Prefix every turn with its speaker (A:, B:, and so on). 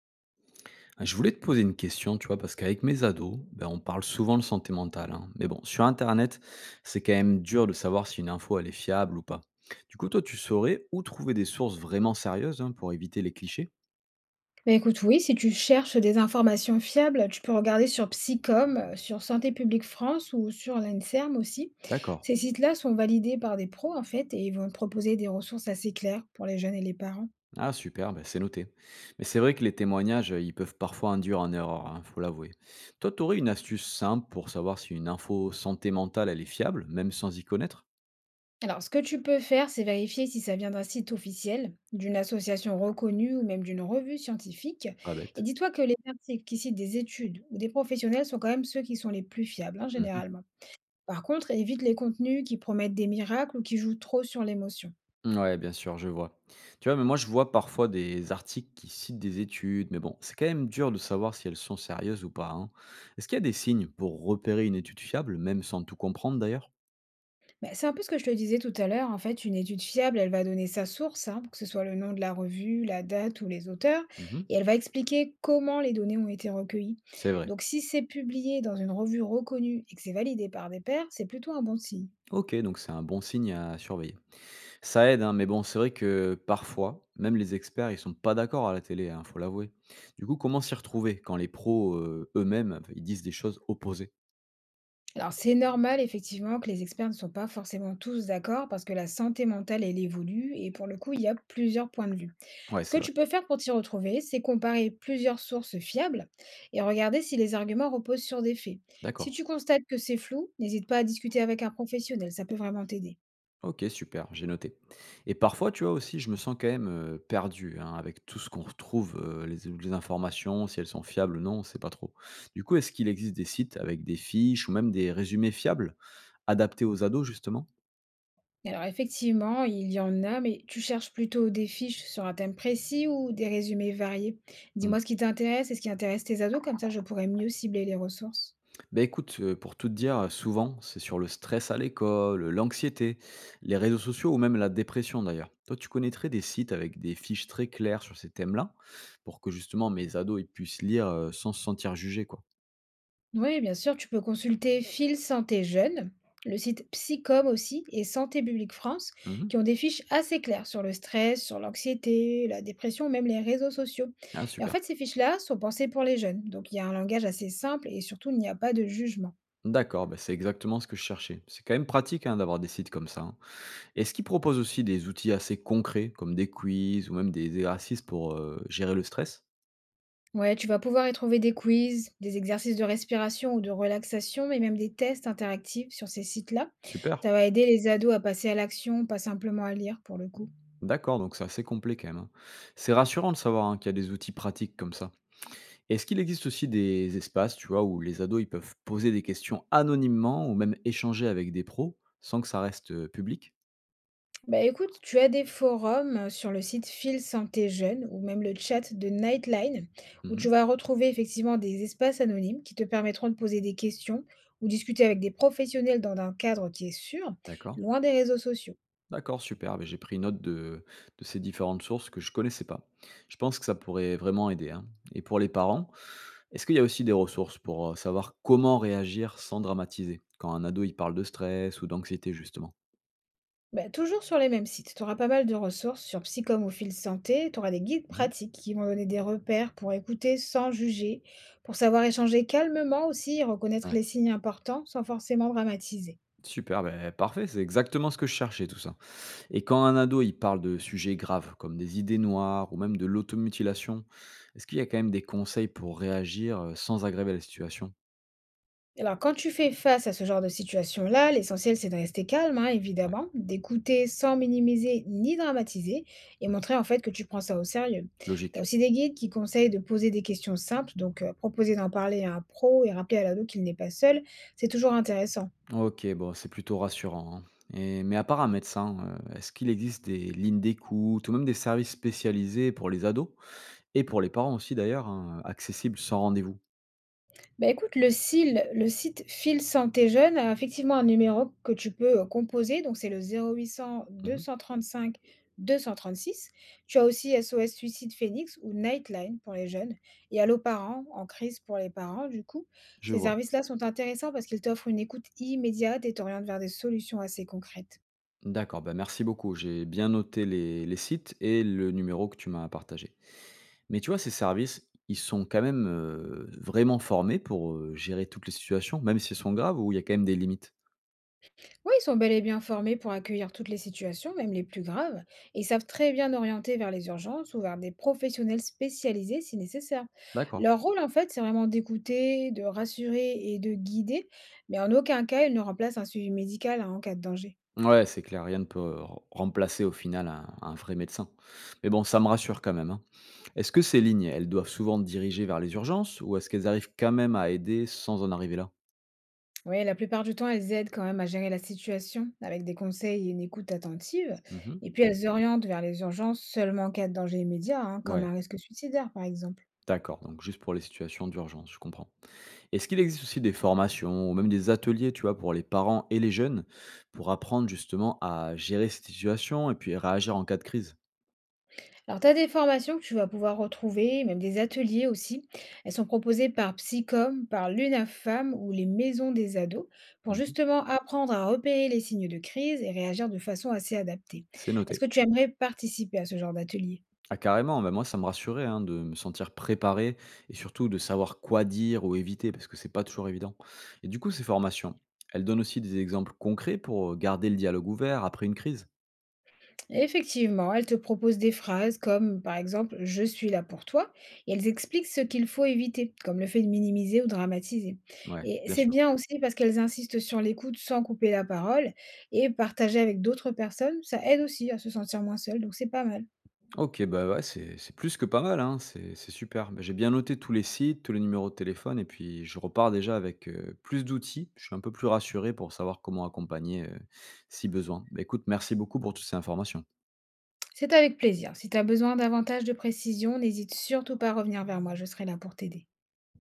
A: Ah, je voulais te poser une question, tu vois, parce qu'avec mes ados, ben, on parle souvent de santé mentale, hein. Mais bon, sur Internet, c'est quand même dur de savoir si une info, elle est fiable ou pas. Du coup, toi, tu saurais où trouver des sources vraiment sérieuses, hein, pour éviter les clichés.
B: Bah, écoute, oui, si tu cherches des informations fiables, tu peux regarder sur Psycom, sur Santé publique France ou sur l'ANSERM aussi.
A: D'accord.
B: Ces sites-là sont validés par des pros en fait et ils vont te proposer des ressources assez claires pour les jeunes et les parents.
A: Ah, super, ben, c'est noté. Mais c'est vrai que les témoignages, ils peuvent parfois induire en erreur, hein, faut l'avouer. Toi, tu aurais une astuce simple pour savoir si une info santé mentale, elle est fiable, même sans y connaître.
B: Alors, ce que tu peux faire, c'est vérifier si ça vient d'un site officiel, d'une association reconnue ou même d'une revue scientifique.
A: Pas
B: Et
A: bête.
B: dis-toi que les articles qui citent des études ou des professionnels sont quand même ceux qui sont les plus fiables, hein, généralement. Par contre, évite les contenus qui promettent des miracles ou qui jouent trop sur l'émotion.
A: Ouais, bien sûr, je vois. Tu vois, mais moi, je vois parfois des articles qui citent des études, mais bon, c'est quand même dur de savoir si elles sont sérieuses ou pas, hein. Est-ce qu'il y a des signes pour repérer une étude fiable, même sans tout comprendre d'ailleurs?
B: Bah, c'est un peu ce que je te disais tout à l'heure. En fait, une étude fiable, elle va donner sa source, hein, pour que ce soit le nom de la revue, la date ou les auteurs,
A: Mhm.
B: et elle va expliquer comment les données ont été recueillies.
A: C'est vrai.
B: Donc, si c'est publié dans une revue reconnue et que c'est validé par des pairs, c'est plutôt un bon signe.
A: Ok, donc c'est un bon signe à surveiller. Ça aide, hein, mais bon, c'est vrai que parfois, même les experts, ils sont pas d'accord à la télé, hein, faut l'avouer. Du coup, comment s'y retrouver quand les pros eux-mêmes, ils disent des choses opposées?
B: Alors, c'est normal, effectivement, que les experts ne sont pas forcément tous d'accord parce que la santé mentale, elle évolue et pour le coup, il y a plusieurs points de vue.
A: Ouais,
B: Ce que
A: c'est vrai.
B: tu peux faire pour t'y retrouver, c'est comparer plusieurs sources fiables et regarder si les arguments reposent sur des faits. Si
A: D'accord.
B: tu constates que c'est flou, n'hésite pas à discuter avec un professionnel, ça peut vraiment t'aider.
A: OK, super, j'ai noté. Et parfois, tu vois aussi, je me sens quand même, perdu, hein, avec tout ce qu'on retrouve, les informations, si elles sont fiables ou non, on ne sait pas trop. Du coup, est-ce qu'il existe des sites avec des fiches ou même des résumés fiables, adaptés aux ados justement?
B: Alors effectivement, il y en a, mais tu cherches plutôt des fiches sur un thème précis ou des résumés variés?
A: Mmh.
B: Dis-moi ce qui t'intéresse et ce qui intéresse tes ados, comme ça je pourrais mieux cibler les ressources.
A: Bah, écoute, pour tout te dire, souvent, c'est sur le stress à l'école, l'anxiété, les réseaux sociaux ou même la dépression d'ailleurs. Toi, tu connaîtrais des sites avec des fiches très claires sur ces thèmes-là? Pour que justement mes ados, ils puissent lire, sans se sentir jugés, quoi?
B: Oui, bien sûr, tu peux consulter Fil Santé Jeune, le site Psycom aussi et Santé publique France,
A: Mmh.
B: qui ont des fiches assez claires sur le stress, sur l'anxiété, la dépression, même les réseaux sociaux.
A: Ah
B: Et en
A: super.
B: fait, ces fiches-là sont pensées pour les jeunes, donc il y a un langage assez simple et surtout il n'y a pas de jugement.
A: D'accord, bah, c'est exactement ce que je cherchais. C'est quand même pratique, hein, d'avoir des sites comme ça, hein. Est-ce qu'ils proposent aussi des outils assez concrets, comme des quiz ou même des exercices pour gérer le stress?
B: Ouais, tu vas pouvoir y trouver des quiz, des exercices de respiration ou de relaxation, mais même des tests interactifs sur ces sites-là.
A: Super.
B: Ça va aider les ados à passer à l'action, pas simplement à lire pour le coup.
A: D'accord, donc c'est assez complet quand même, hein. C'est rassurant de savoir, hein, qu'il y a des outils pratiques comme ça. Est-ce qu'il existe aussi des espaces, tu vois, où les ados ils peuvent poser des questions anonymement ou même échanger avec des pros sans que ça reste public?
B: Bah écoute, tu as des forums sur le site Fil Santé Jeune ou même le chat de Nightline où
A: Mhm.
B: tu vas retrouver effectivement des espaces anonymes qui te permettront de poser des questions ou discuter avec des professionnels dans un cadre qui est sûr,
A: D'accord.
B: loin des réseaux sociaux.
A: D'accord, super. Beh, j'ai pris note de ces différentes sources que je connaissais pas. Je pense que ça pourrait vraiment aider, hein. Et pour les parents, est-ce qu'il y a aussi des ressources pour, savoir comment réagir sans dramatiser? Quand un ado, il parle de stress ou d'anxiété, justement.
B: Bah, toujours sur les mêmes sites, tu auras pas mal de ressources sur Psychom ou Fil Santé, tu auras des guides
A: Mmh.
B: pratiques qui vont donner des repères pour écouter sans juger, pour savoir échanger calmement aussi et reconnaître
A: Ouais.
B: les signes importants sans forcément dramatiser.
A: Super, beh, parfait, c'est exactement ce que je cherchais, tout ça. Et quand un ado, il parle de sujets graves, comme des idées noires ou même de l'automutilation, est-ce qu'il y a quand même des conseils pour réagir, sans aggraver la situation?
B: Alors quand tu fais face à ce genre de situation-là, l'essentiel c'est de rester calme, hein,
A: Ouais.
B: évidemment, d'écouter sans minimiser ni dramatiser et
A: Mmh.
B: montrer en fait que tu prends ça au sérieux. Tu as
A: Logique.
B: aussi des guides qui conseillent de poser des questions simples, donc proposer d'en parler à un pro et rappeler à l'ado qu'il n'est pas seul, c'est toujours intéressant.
A: OK, bon, c'est plutôt rassurant, hein. Et mais à part un médecin, est-ce qu'il existe des lignes d'écoute ou même des services spécialisés pour les ados et pour les parents aussi d'ailleurs, hein, accessibles sans rendez-vous?
B: Bah, écoute, le SIL, le site Fil Santé Jeune a effectivement un numéro que tu peux, composer, donc c'est le 0800
A: Mmh.
B: 235 236. Tu as aussi SOS Suicide Phoenix ou Nightline pour les jeunes et Allo Parents, en crise pour les parents du coup.
A: Je
B: Ces
A: vois.
B: services-là sont intéressants parce qu'ils t'offrent une écoute immédiate et t'orientent vers des solutions assez concrètes.
A: D'accord, bah, merci beaucoup. J'ai bien noté les sites et le numéro que tu m'as partagé. Mais tu vois, ces services, ils sont quand même, vraiment formés pour, gérer toutes les situations, même si elles sont graves, ou il y a quand même des limites?
B: Oui, ils sont bel et bien formés pour accueillir toutes les situations, même les plus graves, et ils savent très bien orienter vers les urgences ou vers des professionnels spécialisés si nécessaire.
A: D'accord.
B: Leur rôle, en fait, c'est vraiment d'écouter, de rassurer et de guider, mais en aucun cas, ils ne remplacent un suivi médical hein, en cas de danger.
A: Ouais, c'est clair, rien ne peut re remplacer au final un vrai médecin. Mais bon, ça me rassure quand même, hein. Est-ce que ces lignes, elles doivent souvent diriger vers les urgences ou est-ce qu'elles arrivent quand même à aider sans en arriver là?
B: Oui, la plupart du temps, elles aident quand même à gérer la situation avec des conseils et une écoute attentive,
A: Mmh.
B: et puis elles orientent vers les urgences seulement en cas de danger immédiat, hein, comme
A: Ouais,
B: un risque suicidaire, par exemple.
A: d'accord, donc juste pour les situations d'urgence, je comprends. Est-ce qu'il existe aussi des formations ou même des ateliers, tu vois, pour les parents et les jeunes pour apprendre justement à gérer ces situations et puis réagir en cas de crise?
B: Alors, tu as des formations que tu vas pouvoir retrouver, même des ateliers aussi. Elles sont proposées par Psycom, par l'UNAFAM ou les maisons des ados pour
A: Mmh.
B: justement apprendre à repérer les signes de crise et réagir de façon assez adaptée.
A: C'est
B: Est-ce
A: noté.
B: que tu aimerais participer à ce genre d'atelier?
A: Ah carrément, bah, moi ça me rassurait, hein, de me sentir préparé et surtout de savoir quoi dire ou éviter parce que c'est pas toujours évident. Et du coup, ces formations, elles donnent aussi des exemples concrets pour garder le dialogue ouvert après une crise?
B: Effectivement, elles te proposent des phrases comme par exemple «Je suis là pour toi» et elles expliquent ce qu'il faut éviter, comme le fait de minimiser ou dramatiser.
A: Ouais,
B: Et
A: bien
B: c'est
A: sûr.
B: bien aussi parce qu'elles insistent sur l'écoute sans couper la parole et partager avec d'autres personnes, ça aide aussi à se sentir moins seul, donc c'est pas mal.
A: Ok, bah ouais, c'est plus que pas mal, hein, c'est super. Bah, j'ai bien noté tous les sites, tous les numéros de téléphone et puis je repars déjà avec plus d'outils. Je suis un peu plus rassuré pour savoir comment accompagner si besoin. Bah, écoute, merci beaucoup pour toutes ces informations.
B: C'est avec plaisir. Si tu as besoin davantage de précision, n'hésite surtout pas à revenir vers moi, je serai là pour t'aider.